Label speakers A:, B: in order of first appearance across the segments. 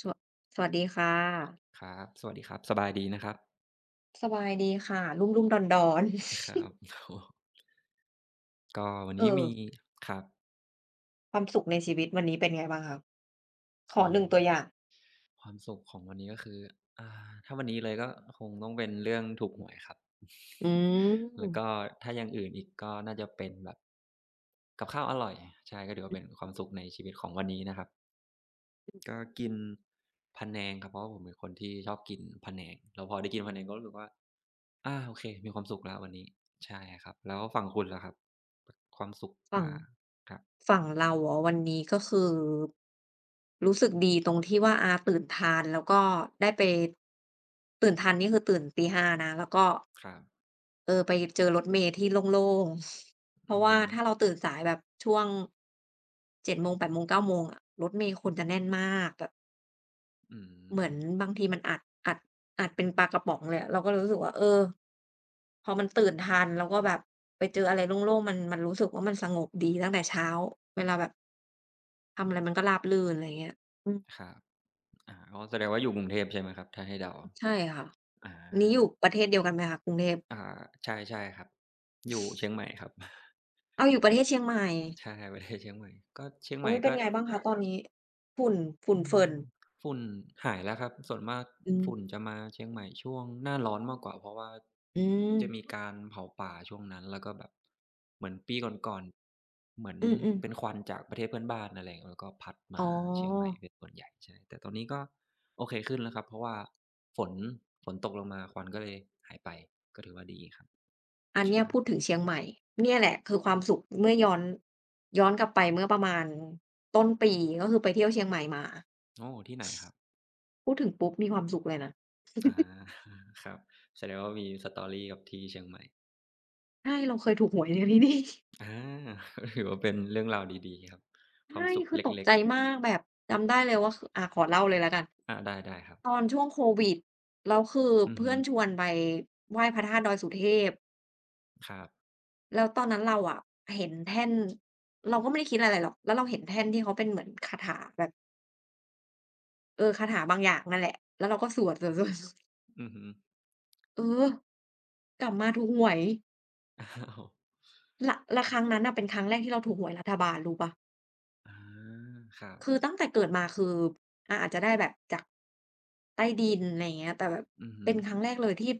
A: สวสวัสดีค่ะ
B: ครับสวัสดีครับสบายดีนะครับ
A: สบายดีค่ะรุ่มๆดอน
B: ครับ
A: ๆ
B: โอ้โฮก็วัน นี้
A: เออ
B: มีครับ
A: ความสุขในชีวิตวันนี้เป็นไงบ้างคะขอ
B: โอ้
A: หนึ่งตัวอย่าง
B: ความสุขของวันนี้ก็คืออ่าถ้าวันนี้เลยก็คงต้องเป็นเรื่องถูกหวยครับ
A: อืม
B: แล้วก็ถ้าอย่างอื่นอีกก็น่าจะเป็นแบบกับข้าวอร่อยใช่ก็ถือว่าเป็นความสุขในชีวิตของวันนี้นะครับก็กินพะแนงครับเพราะว่าผมเป็นคนที่ชอบกินพะแนงแล้วพอได้กินพะแนงก็รู้สึกว่าอาโอเคมีความสุขแล้ววันนี้ใช่ครับแล้วฝั่งคุณล่ะครับความสุข
A: ฝั่ง
B: ครับ
A: ฝั่งเราเหรอวันนี้ก็คือรู้สึกดีตรงที่ว่าตื่นทันแล้วก็ได้ไปตื่นทันนี่คือตื่นตี5นะแล้วก็
B: ครับ
A: เออไปเจอรถเมล์ที่โล่งๆ เพ
B: อื
A: ราะ
B: อ
A: ว่า
B: ฮึ
A: ถ้าเราตื่นสายแบบช่วง7โมง8โมง9โมงอะรถเมล์คนจะแน่นมากแบบ
B: อื
A: เหมือน
B: ม
A: บางทีมันอัดอัดเป็นปลากระป๋องเลยอะเราก็เลยรู้สึกว่าเออพอมันตื่นทันแล้วก็แบบไปเจออะไรโล่งๆมันรู้สึกว่ามันสงบดีตั้งแต่เช้าเวลาแบบทำอะไรมันก็ราบรื่นอะไรอย่างเงี้ยอืม
B: ครับอาอ๋อแสดงว่าอยู่กรุงเทพใช่ไหมครับถ้าให้เดา
A: ใช่ค่ะ
B: อา
A: นี้อยู่ประเทศเดียวกันไหมคะกรุงเทพ
B: อ่าใช่ใช่ครับอยู่เชียงใหม่ครับ
A: อ้าวอยู่ประเทศเชียงใหม่
B: ใช่ประเทศเชียงใหม่ก็เชียงใหม่
A: อุ๊ยเป็
B: ก็
A: นไงบ้างคะะตอนนี้ฝุ่นฝุ่
B: อื
A: นเฟิ่
B: ม
A: น
B: ฝุ่นหายแล้วครับส่วนมาก
A: อืม
B: ฝุ่นจะมาเชียงใหม่ช่วงหน้าร้อนมากกว่าเพราะว่า
A: อื
B: จะมี
A: ม
B: การเผาป่าช่วงนั้นแล้วก็แบบเหมือนปีก่อนๆเหมือน
A: อืม
B: เป็น
A: ๆ
B: ควันจากประเทศเพื่อนบ้านอะไรอย่างเงี้ยแล้วก็พัด
A: อ๋อ
B: มาเชียงใหม่เป็นส่วนใหญ่ใช่แต่ตอนนี้ก็โอเคขึ้นแล้วครับเพราะว่าฝนฝนตกลงมาควันก็เลยหายไปก็ถือว่าดีครับ
A: อันเนี้ยพูด
B: ใช่
A: ถึงเชียงใหม่เนี่ยแหละคือความสุขเมื่อย้อนกลับไปเมื่อประมาณต้นปีก็คือไปเที่ยวเชียงใหม่มา
B: โอ้ที่ไหนครับ
A: พูดถึงปุ๊บมีความสุขเลยนะ
B: อา ครับแสดงว่ามี story กับที่เชียงใหม่
A: ใช่เราเคยถูกหวยในที่นี่
B: อา ก็ถือว่าเป็นเรื่องราวดีๆครับ ความ
A: ใช่
B: สุข
A: คื
B: เ
A: อตก
B: ล็ก
A: ใจมากแบบจำได้เลยว่าคือขอเล่าเลยแล้วกัน
B: ๆอาได้ๆครับ
A: ตอนช่วงโควิดแล้วคือ
B: อือ
A: เพื่
B: ฮึ
A: อนชวนไปไหว้พระธาตุดอยสุเทพ
B: ครับ
A: แล้วตอนนั้นเราอะเห็นแท่นเราก็ไม่ได้คิดอะไรหรอกแล้วเราเห็นแท่นที่เขาเป็นเหมือนคาถาแบบเออคาถาบางอย่างนั่นแหละแล้วเราก็สวดๆๆ
B: อือฮึ
A: เออกลับมาถูกหวย
B: อ้าว
A: ละแล้วครั้งนั้นน่ะเป็นครั้งแรกที่เราถูกหวยรัฐบาลรู้เปล่า
B: อาครับ
A: คือตั้งแต่เกิดมาคืออาจจะได้แบบจากใต้ดินไรเงี้ยแต่แบบ
B: อือฮึ
A: เป็นครั้งแรกเลยที่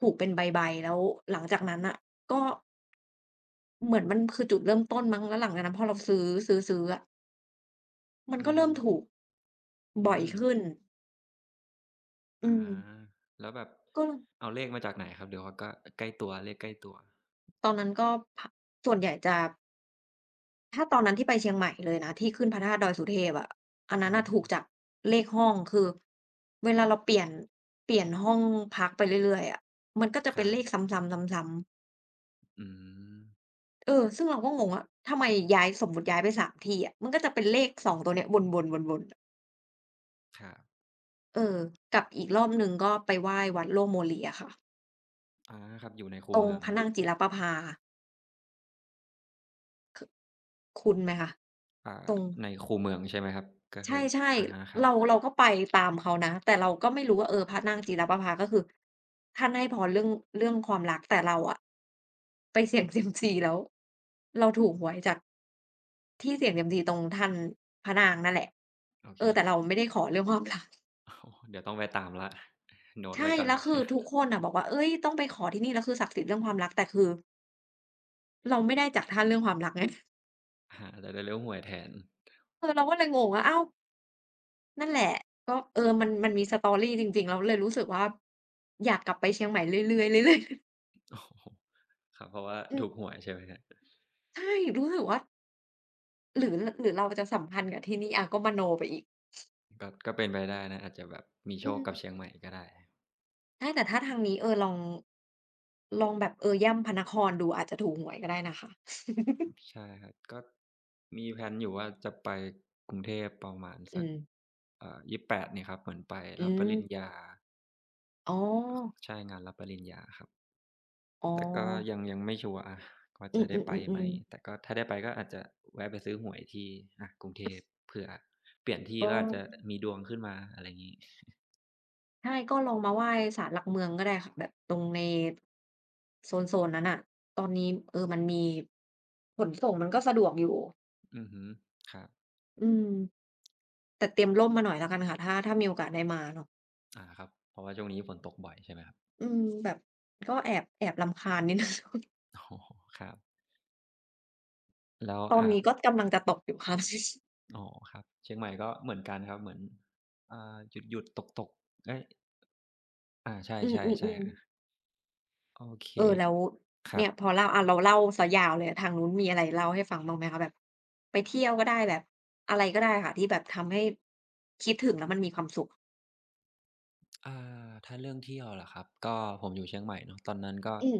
A: ถูกเป็นใบๆแล้วหลังจากนั้นน่ะก็เหมือนมันคือจุดเริ่มต้นมั้งแล้วหลังจากนั้นพอเราซื้อๆอะมัน
B: อื
A: ก็
B: อฮึ
A: เริ่มถูกบ่
B: อื
A: อย
B: ม
A: ขึ้นอื
B: อา
A: ม
B: แล้วแบบ
A: ก็
B: เอาเลขมาจากไหนครับหรือว่าก็ใกล้ตัวเลขใกล้ตัว
A: ตอนนั้นก็พส่วนใหญ่จะ ถ้าตอนนั้นที่ไปเชียงใหม่เลยนะที่ขึ้นพระธาตุดอยสุเทพอะอัน
B: อื
A: นั้น
B: อ
A: น่ะ
B: ฮึ
A: ถูกจากเลขห้องคือเวลาเราเปลี่ยนห้องพักไปเรื่อยๆอะมันก็จะ
B: ค
A: เป็น
B: รั
A: เลข
B: บ
A: ซ้ำๆซ้ำๆ
B: อืม
A: เออซึ่งเราก็งงว่าทำไมย้ายสมมุติย้ายไป3ที่อะมันก็จะเป็นเลข2ตัวเนี้ยวนๆวนๆอะ
B: ครับ
A: เออกับอีกรอบหนึ่งก็ไปไหว้วัดโล่งโมลีอะค่ะ
B: อาครับอยู่ในคู
A: ตรง
B: เมือง
A: พระนางจิรประภาคคุ้นไหมคะ
B: อ่า
A: ตรง
B: ในคูเมืองใช่ไหมครับก็คือ
A: ใช่
B: อะฮะค
A: ๆ
B: รับ
A: เราเราก็ไปตามเขานะแต่เราก็ไม่รู้ว่าเออพระนางจิรประภาก็คือท่านให้พรเรื่องความรักแต่เราอะไปเสี่ยงเซียมซีแล้วเราถูกหวยจากที่เสี่ยงเซียมซีตรงท่านพระนางนั่นแหละ
B: โอเค
A: เออแต่
B: เดี๋ยว
A: เราไม่ได้ขอเรื่องความรัก
B: โอ้โฮเดี๋ยวต้องไปตามแล้ว โน้ตไว้
A: ใช่
B: ก่อน
A: แล้ว คือทุกคนน่ะบอกว่าเฮ้ยต้องไปขอที่นี่แล้วคือศักดิ์สิทธิ์เรื่องความรักแต่คือเราไม่ได้จากท่านเรื่องความรักไง
B: อาจะได้เล่นหวยแทน
A: เออเราก็เลยงงว่าอ้าว นั่นแหละก็เออมันมี story จริงๆเราเลยรู้สึกว่าอยากกลับไปเชียงใหม่เรื่อยๆเรื่อยๆ
B: โอ้โฮครับเพราะว่า
A: อื
B: ถูกห
A: ม
B: วยใช่ไหมครับ
A: ใช่รู้สึกว่าหรือเราจะสัมพันธ์กับที่นี่ก็มโนไปอีก
B: ก็ก็เป็นไปได้นะอาจจะแบบมีโช
A: อื
B: ค
A: ม
B: กับเชียงใหม่ก็ได้
A: ใช่แต่ถ้าทางนี้เออลองแบบเออย่ำพระนครดูอาจจะถูกหวยก็ได้นะคะ
B: ใช่ครับก็มีแพลนอยู่ว่าจะไปกรุงเทพประมาณสั
A: อื
B: ก
A: ม
B: ยี่สิบแป8เนี่ยครับเหมือนไป
A: อื
B: รับป
A: ม
B: ริญญา
A: อ๋อ
B: ใช่งานรับปริญญาครับ
A: อ๋อ
B: แต่ก็ยังไม่ชัวร์อะว่า
A: อื
B: จะได้ไปไหม
A: อๆๆ
B: แต่
A: ๆ
B: ก็ถ้าได้ไปก็อาจจะแวะไปซื้อหวยที่อะกรุงเทพเผื่อเปลี่ยนที่
A: ก็
B: แล้วอาจจะมีดวงขึ้นมาอะไรงี้
A: ใช่ก็ลองมาไหว้ศาลหลักเมืองก็ได้ค่ะแบบตรงในโซนๆนั้นน่ะตอนนี้เออมันมีขนส่งมันก็สะดวกอยู่
B: อือฮึครับ
A: อืมแต่เตรียมร่มมาหน่อยแล้วกันค่ะถ้ามีโอกาสได้มาเนาะ
B: อาครับเพราะว่าช่วงนี้ฝนตกบ่อยใช่ไหมครับ
A: อืมแบบก็แอบรำคาญนิดหนึ่ง
B: อ๋อครับแล้ว
A: ตอนนี้ก็กำลังจะตกอยู่ค่ะ
B: อ๋อครับเชียงใหม่ก็เหมือนกันครับเหมือนอ่าหยุดๆตกๆเอ๊ยอาใช
A: อื
B: ่ๆ
A: ม
B: ๆ
A: ๆ
B: อา
A: ๆ
B: โอเค
A: เออแล้ว
B: ครับ
A: เนี่ยพอเล่าเราเล่าเสียยาวเลยทางนู้นมีอะไรเล่าให้ฟังบ้างไหมคะแบบไปเที่ยวก็ได้แบบอะไรก็ได้ค่ะที่แบบทำให้คิดถึงแล้วมันมีความสุข
B: อ่ถ้าเรื่องเที่ยวเหรอครับก็ผมอยู่เชียงใหม่เนาะตอนนั้นก็
A: อืม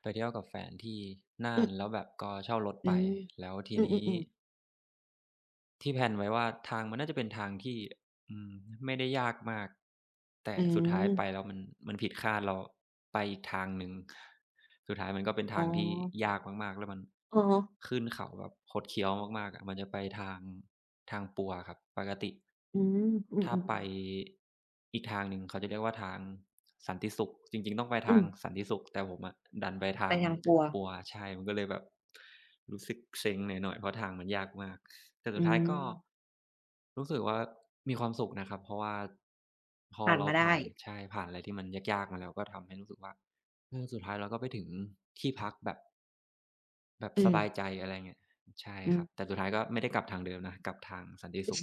B: ไปเที่ยวกับแฟนที่น่า
A: อือ
B: นแล้วแบบก็เช่ารถ
A: อื
B: ไป
A: ม
B: แล้วที
A: อืม
B: นี้
A: อๆๆ
B: ที่แพลนไว้ว่าทางมันน่าจะเป็นทางที่ อืมไม่ได้ยากมากแต่
A: อืม
B: สุดท้าย
A: อม
B: ไปแล้วมันผิดคาดเราไปอีกทางหนึ่งสุดท้ายมันก็เป็น
A: อ๋อ
B: ทางที่ยากมากๆแล้วมัน
A: อะฮะ
B: ขึ้นเขาแบบคดเคี้ยวมากๆอะมันจะไปทางปัวครับปกติ
A: อืมอื
B: ถ้า
A: อ
B: ไป
A: ๆๆ
B: อีกทางหนึ่งเขาจะเรียกว่าทางสันติสุขจริงๆต้องไป
A: อื
B: ทาง
A: ม
B: สันติสุขแต่ผมอะดันไป
A: ไป
B: ทาง
A: ทางครัว
B: ปัวใช่มันก็เลยแบบรู้สึกเซ็งหน่อยๆเพราะทางมันยากมากแต่สุด
A: อื
B: ท้าย
A: ม
B: ก็ รู้สึกว่ามีความสุขนะครับเพราะว่าพอ
A: ผ่าน
B: เรา
A: มาได้
B: ผ่านใช่ผ่านอะไรที่มันยากๆมาแล้วก็ทำให้รู้สึกว่าเออสุดท้ายเราก็ไปถึงที่พักแบบแบบ
A: อื
B: ส
A: ม
B: บายใจอะไรเงี้ยใช่
A: อื
B: ครับแต่
A: ม
B: สุดท้ายก็ไม่ได้กลับทางเดิมนะกลับทางสันติสุข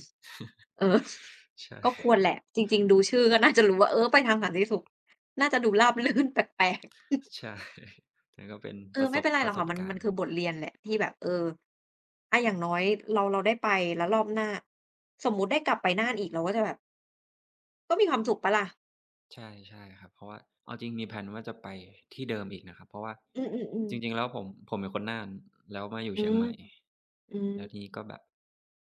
A: เออ
B: ใช่
A: ก็ควรแหละจริงๆดูชื่อก็น่าจะรู้ว่าเออไปทางสันติสุขน่าจะดูราบรื่นแปลก
B: ใช่ แต่นก็เป็น
A: ๆเอ
B: ป
A: อ
B: ระส
A: ไม่
B: บ
A: เป็นไร
B: ป
A: หรอ
B: ระ
A: ก
B: สบ
A: ค่ะมัน
B: กา
A: มั
B: ร
A: น
B: ณ์
A: คือบทเรียนแหละที่แบบเอออะอย่างน้อยเราได้ไปแล้วรอบหน้าสมมุติได้กลับไปน่านอีกเราก็จะแบบก็มีความสุขเปล่าล่ะ
B: ใช่ใช่ครับเพราะว่าเอาจริงมีแพลนว่าจะไปที่เดิมอีกนะครับเพราะว่า
A: อือ
B: จ
A: ๆ
B: ริงๆ
A: ๆ
B: แล้วผมเป็นคนน่านแล้วมาอยู่
A: อื
B: เชียง
A: ม
B: ใหม่
A: อืม
B: แล้วทีนี้ก็แบบ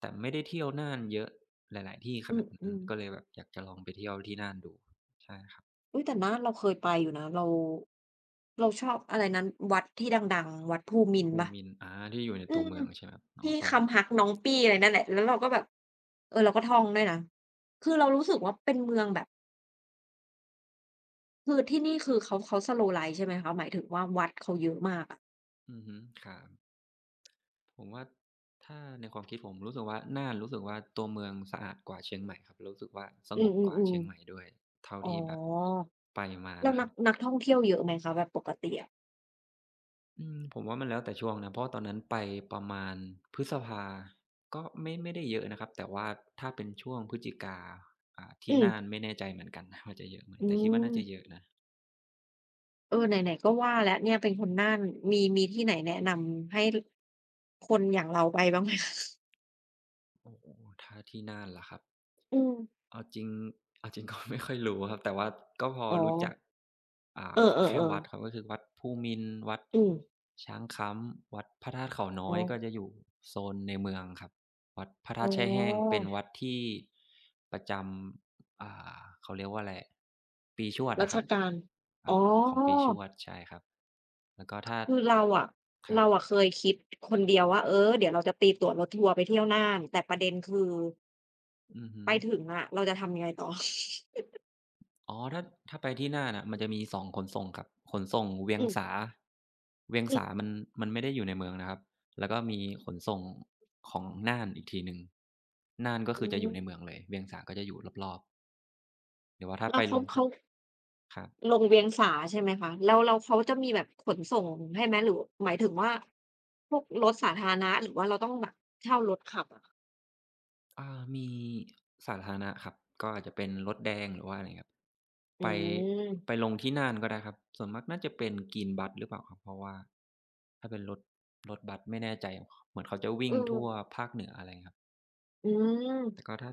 B: แต่ไม่ได้เที่ยวน่านเยอะหลายๆที่ข
A: อื
B: นาดนั้น
A: ม
B: ก็เลยแบบอยากจะลองไปเที่ยวที่น่านดูใช่ครับ
A: อุ๊ยแต่น่านเราเคยไปอยู่นะเราชอบอะไรนั้นวัดที่ดังๆวัดภูมินทร์
B: ภู
A: เปล่า
B: มินอาที่อยู่ใน
A: อื
B: ตัว
A: ม
B: เมืองใช่ไหมครับอ๋อ
A: ที่
B: ตอนนั้น
A: คำฮักน้องปี้อะไรนั่นแหละแล้วเราก็แบบเออเราก็ท่องด้วยนะคือเรารู้สึกว่าเป็นเมืองแบบคือที่นี่คือเขาสโลว์ไลฟ์ใช่ไหมคะหมายถึงว่าวัดเขาเยอะมากอะ
B: อือฮึครับผมว่าถ้าในความคิดผมรู้สึกว่าน่านรู้สึกว่าตัวเมืองสะอาดกว่าเชียงใหม่ครับรู้สึกว่าส
A: อื
B: งบกว่า
A: ม
B: เชียงใหม่
A: ๆ
B: ด้วยเท่า
A: ๆอ๋อ
B: ที่แบบไปมา
A: แล้ว
B: นะค
A: นั
B: รั
A: ก
B: บ
A: นักท่องเที่ยวเยอะไหมคะแบบปกติอะ
B: อืมผมว่ามันแล้วแต่ช่วงนะเพราะตอนนั้นไปประมาณพฤษภาก็ไม่ได้เยอะนะครับแต่ว่าถ้าเป็นช่วงพฤศจิกา
A: อื
B: ที่
A: ม
B: น่านไม่แน่ใจเหมือนกันนะว่าจะเยอะไหม
A: อื
B: แต่คิดว่า
A: ม
B: น่าจะเยอะนะ
A: เออไหนๆก็ว่าแล้วเนี่ยเป็นคนน่านมีที่ไหนแนะนำให้คนอย่างเราไปบ้างไหมคะ
B: โอ้โฮถ้าที่น่านเหรอครับ
A: อืม
B: เอาจริงเอาจริง ก็ไม่ค่อยรู้ครับแต่ว่าก็พอ
A: อ๋อ
B: รู้จักอ่า
A: เออ
B: แค่วัดครับ
A: ๆๆ
B: ก็คือวัดภูมินทร์วัด
A: อืม
B: ช้างค้ำวัดพระธาตุเขาน้อ
A: อ๋อ
B: ยก็จะอยู่โซนในเมืองครับวัดพระธา
A: อ๋
B: ตุแช่แห้งเป็
A: อ
B: นวัดที่ประจำเขาเรียกว่าอะไรปีชวด
A: รา
B: อะค
A: ช
B: รับ
A: การ
B: ค
A: อ๋
B: รั
A: อ
B: บของปีชวดใช่ครับแล้วก็ถ้า
A: คือเราอะ
B: ครับ
A: เราอะเคยคิดคนเดียวว่าเออเดี๋ยวเราจะตีตั๋วรถทัวร์ไปเที่ยวน่านแต่ประเด็นคือ
B: อือฮึ
A: ไปถึงอะเราจะทำยังไงต่อ
B: อ๋อถ้าไปที่น่านน่ะมันจะมีสองขนส่งครับขนส่งเวียง
A: อืม
B: สาเวียง
A: อือ
B: สามันไม่ได้อยู่ในเมืองนะครับแล้วก็มีขนส่งของน่านอีกทีหนึ่งน่านก็
A: อื
B: คือจะอ
A: ม
B: ยู่ในเมืองเลยเวียงสาก็จะอยู่รอบๆหรือว่าถ้า
A: แล้
B: ไป
A: ว
B: ล
A: เขา
B: งก็
A: เขา
B: ครับ
A: ลงเวียงสาใช่ไหมคะแล้วเขาจะมีแบบขนส่งให้ไหมหรือหมายถึงว่าพวกรถสาธารณะหรือว่าเราต้องแบบเช่ารถขับอะ
B: มีสาธารณะครับก็อาจจะเป็นรถแดงหรือว่าอะไรครับ
A: อื
B: ไป
A: ม
B: ลงที่น่านก็ได้ครับส่วนมากน่าจะเป็น Green Bus หรือเปล่าครับเพราะว่าถ้าเป็นรถบัสไม่แน่ใจเหมือนเขาจะวิ่
A: เอ
B: งทั่ว
A: อ
B: ภาคเหนืออะไรครับ
A: อืม
B: แต่ก็ถ้า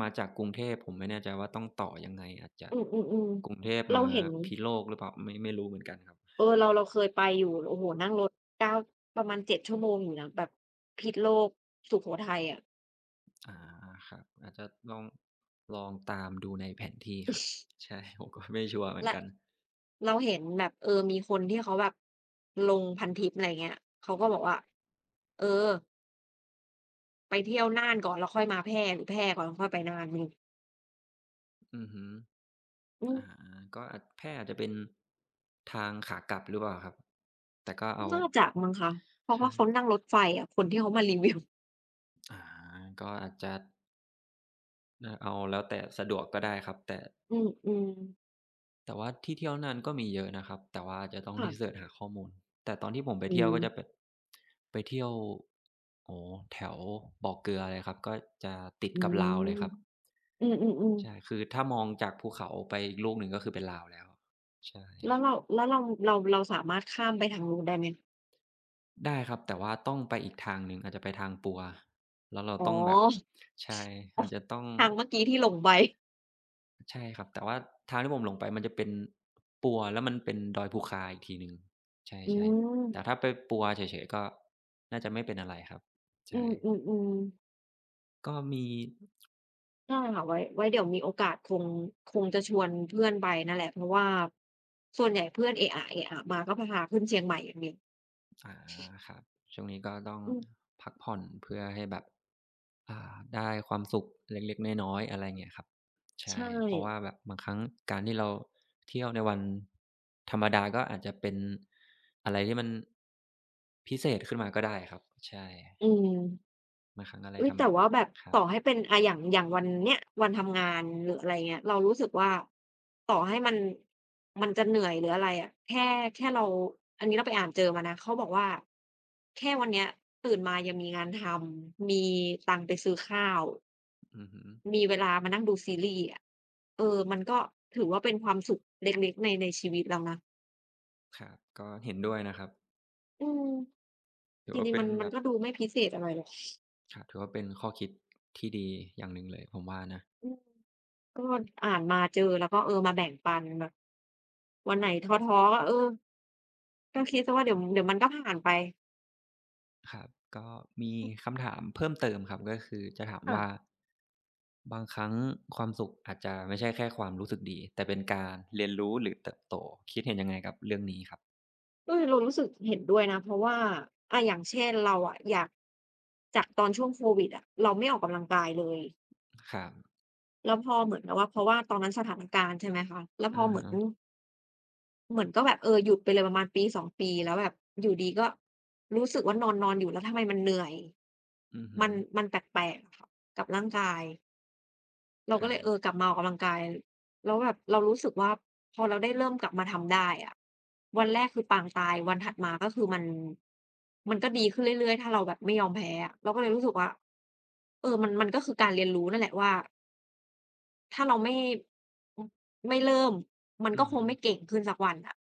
B: มาจากกรุงเทพผมไม่แน่ใจว่าต้องต่อยังไงอาจจะ
A: อืมอืมอืม
B: กรุงเทพ
A: เรา
B: มา
A: เห็น
B: พิโลกหรือเปล่าไม่รู้เหมือนกันครับ
A: เออเราเคยไปอยู่โอ้โฮนั่งรถ9ประมาณ7ชั่วโมงอยู่นะแบบพิษโลกสุโขทัยอะ
B: อาครับอาจจะลองตามดูในแผนที่ครับ ใช่ ผมก็ไม่ชัวร์เหมือน
A: และ
B: กัน
A: เราเห็นแบบเออมีคนที่เขาแบบลงพันทิปอะไรเงี้ยเขาก็บอกว่าเออไปเที่ยวน่านก่อนแล้วค่อยมาแพร่หรือแพร่ก่อนแล้วค่อยไปน่านไม่รู้
B: อือฮึ
A: อืม
B: อาก็อาจแพร่อาจจะเป็นทางขากลับหรือเปล่าครับแต่ก็เอา
A: น่าจะมั้งคะเพราะ
B: ใช่
A: ว่าเขานั่งรถไฟอะคนที่เขามารีวิว
B: อาก็อาจจะเอาแล้วแต่สะดวกก็ได้ครับแต่
A: อืมๆ
B: แต่ว่าที่เที่ยวนั้นก็มีเยอะนะครับแต่ว่าจะต้อง
A: ค่ะ
B: รีเซิร์ชหาข้อมูลแต่ตอนที่ผมไป
A: อื
B: เที่ยว
A: ม
B: ก็จะเป็นไปเที่ยวโอ้โฮแถวบ่อเกลือเลยครับก็จะติด
A: อื
B: กับลาวเลย
A: ม
B: ครับ
A: อือๆ
B: ใช่
A: ๆ
B: คือถ้ามองจากภูเขาไปอีกลูกหนึ่งก็คือเป็นลาวแล้วใช่
A: แล้วเราเราสามารถข้ามไปทางนู้นได้ไหม
B: ได้ครับแต่ว่าต้องไปอีกทางหนึ่งอาจจะไปทางปัวแล้วเรา
A: อ๋อ
B: ต้องแบบใช่อาจจะต้อง
A: ทางเมื่อกี้ที่หลงไป
B: ใช่ครับแต่ว่าทางที่ผมหลงไปมันจะเป็นปัวแล้วมันเป็นดอยภูคาอีกทีหนึ่งใ
A: อื
B: ช่
A: ม
B: ๆแต่ถ้าไปปัวเฉยๆก็น่าจะไม่เป็นอะไรครับ
A: อื
B: ใช่
A: มๆๆ
B: ก็มี
A: ได้ค่ะไว้ไว้เดี๋ยวมีโอกาสคงจะชวนเพื่อนไปนั่นแหละเพราะว่าส่วนใหญ่เพื่อนเอะอะๆมาก็พาขึ้นเชียงใหม่อย่างเดียว
B: อ่าครับช่วงนี้ก็ต้อง
A: อืม
B: พักผ่อนเพื่อให้แบบได้ความสุขเล็กๆน้อยๆอะไรเงี้ยครับใช่
A: ใช่
B: เพราะว่าแบบบางครั้งการที่เราเที่ยวในวันธรรมดาก็อาจจะเป็นอะไรที่มันพิเศษขึ้นมาก็ได้ครับใช่
A: อืม
B: บางครั้งอะไร
A: อุ๊
B: ธ
A: ย
B: รรม
A: แต่ว่าแบบ
B: ครั
A: ต่อ
B: บ
A: ให้เป็นอะอย่างวันเนี้ยวันทำงานหรืออะไรเงี้ยเรารู้สึกว่าต่อให้มันจะเหนื่อยหรืออะไรอะแค่เราอันนี้เราไปอ่านเจอมานะเขาบอกว่าแค่วันเนี้ยตื่นมายังมีงานทำมีตังค์ไปซื้อข้าว
B: อือฮึ
A: มีเวลามานั่งดูซีรีส์อะเออมันก็ถือว่าเป็นความสุขเล็กๆในชีวิตแล้วนะ
B: ครับก็เห็นด้วยนะครับ
A: อืม
B: ถื
A: จ
B: อว่า
A: ริง
B: เป็
A: ๆมั
B: น
A: น
B: แบ
A: มัน
B: บ
A: ก็ดูไม่พิเศษอะไรหรอก
B: ครับถือว่าเป็นข้อคิดที่ดีอย่างหนึ่งเลยผมว่านะ
A: อืม ก็อ่านมาเจอแล้วก็เออมาแบ่งปันแบบวันไหนท้อๆก็เออก็คิดเสียว่าเดี๋ยวมันก็ผ่านไป
B: ครับก็มีคำถามเพิ่มเติมครับก็คือจะถาม
A: ค่ะ
B: ว่าบางครั้งความสุขอาจจะไม่ใช่แค่ความรู้สึกดีแต่เป็นการเรียนรู้หรือเติบโตคิดเห็นยังไงกับเรื่องนี้ครับ
A: เออเรารู้สึกเห็นด้วยนะเพราะว่าอะอย่างเช่นเราอะอยากจากตอนช่วงโควิดอะเราไม่ออกกำลังกายเลย
B: ครับ
A: แล้วพอเหมือนกับว่าเพราะว่าตอนนั้นสถานการณ์ใช่ไหมคะแล้วพอ
B: อะ
A: เหมือ
B: ฮะ
A: นเหมือนก็แบบเออหยุดไปเลยประมาณปีสอ2ปีแล้วแบบอยู่ดีก็รู้สึกว่านอนๆอยู่แล้วทำไมมันเหนื่อย
B: อือฮึ
A: มันมันแปลกๆอะค่ะกับร่างกาย เรา
B: ค
A: ก็
B: รั
A: เล
B: บ
A: ยเออกลับมาออกกำลังกายแล้วแบบเรารู้สึกว่าพอเราได้เริ่มกลับมาทำได้อะวันแรกคือปางตายวันถัดมาก็คือมันก็ดีขึ้นเรื่อยๆถ้าเราแบบไม่ยอมแพ้อะเราก็เลยรู้สึกว่าเออมันก็คือการเรียนรู้นั่นแหละว่าถ้าเราไม่อือไม่เริ่มมัน
B: อื
A: ก็
B: อ
A: ค
B: ฮึ
A: งไม่เก่งขึ้นสักวันอะ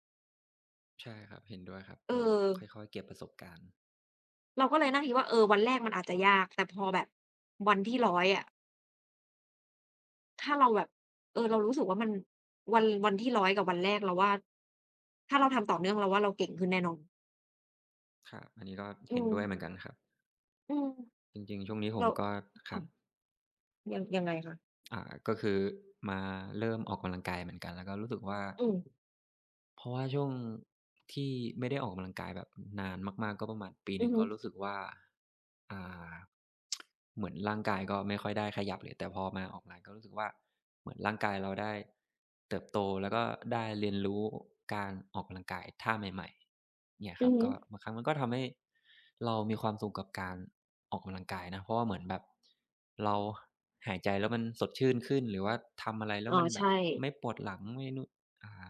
B: ใช่ครับเห็นด้วยครับ
A: เออ
B: ก็ค่อยๆเก็บประสบการณ์
A: เราก็เลยนั่งคิดว่าเออวันแรกมันอาจจะยากแต่พอแบบวันที่ร้อยอะ ถ้าเราแบบเออเรารู้สึกว่ามันวันที่ร้อยกับวันแรกเราว่าถ้าเราทำต่อเนื่องเราว่าเราเก่งขึ้นแน่นอน
B: ครับอันนี้ก็
A: อื
B: เห็น
A: ม
B: ด้วยเหมือนกันครับ
A: อืม
B: จริงๆช่วงนี้ผ
A: เรา
B: มก็ครั
A: ค่ะ
B: บ
A: ยังไงคะ
B: อ่าก็คือมาเริ่มออกกำลังกายเหมือนกันแล้วก็รู้สึกว่า
A: อืม
B: เพราะว่าช่วงที่ไม่ได้ออกกำลังกายแบบนานมากๆก็ประมาณปีห
A: อื
B: นึ่
A: อ
B: ง
A: ฮึ
B: ก็รู้สึกว่าอ่าเหมือนร่างกายก็ไม่ค่อยได้ขยับเลยแต่พอมาออกกำลังก็รู้สึกว่าเหมือนร่างกายเราได้เติบโตแล้วก็ได้เรียนรู้การออกกำลังกายท่าใหม่ๆเนี่ยค
A: อื
B: รั
A: อ
B: บ
A: ฮึ
B: ก็บางครั้งมันก็ทำให้เรามีความสุขกับการออกกำลังกายนะเพราะว่าเหมือนแบบเราหายใจแล้วมันสดชื่นขึ้นหรือว่าทำอะไรแล้ว
A: อ๋อ
B: มันแบบ
A: ใช่
B: ไม่ปวดหลังไม่นู่นอ่า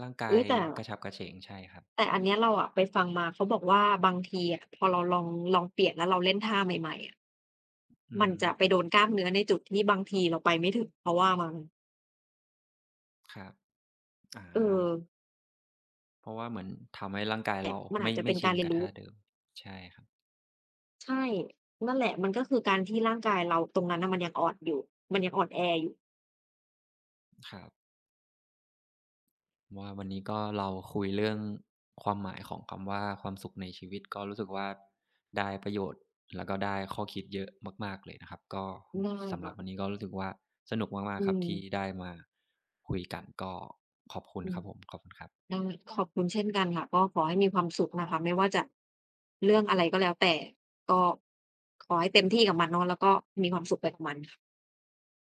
B: ร่างกา
A: อุ๊
B: ย
A: ยแต่
B: กระฉับกระเฉงใช่ครับ
A: แต่อันเนี้ยเราอะไปฟังมาเขาบอกว่าบางทีอะพอเราลองเปลี่ยนแล้วเราเล่นท่าใหม่ๆอะ
B: อือ
A: มัน
B: ฮึ
A: จะไปโดนกล้ามเนื้อในจุดที่บางทีเราไปไม่ถึงเขาว่ามา
B: ครับอา
A: เออ
B: เพราะว่าเหมือนทำให้ร่างกาย
A: แต่
B: เรา
A: มันอาจจะ
B: ไม่
A: เป็น
B: ชิ
A: การ
B: น
A: เรียน
B: กับ
A: รู้
B: ท่าเดิมใช่ครับ
A: ใช่นั่นแหละมันก็คือการที่ร่างกายเราตรงนั้นน่ะมันยังอ่อนอยู่มันยังอ่อนแออยู่
B: ครับว่าวันนี้ก็เราคุยเรื่องความหมายของคำว่าความสุขในชีวิตก็รู้สึกว่าได้ประโยชน์แล้วก็ได้ข้อคิดเยอะมากๆเลยนะครับก็
A: ได้
B: สำหรับ
A: ค่ะ
B: วันนี้ก็รู้สึกว่าสนุกมาก
A: อื
B: ๆครับ
A: ม
B: ที่ได้มาคุยกันก็ขอบคุณ
A: อื
B: ค
A: ม
B: รับผมขอบคุณครับ
A: ได้ขอบคุณเช่นกันค่ะก็ขอให้มีความสุขนะคะไม่ว่าจะเรื่องอะไรก็แล้วแต่ก็ขอให้เต็มที่กับมันเนาะแล้วก็มีความสุขไปกับมันค่ะ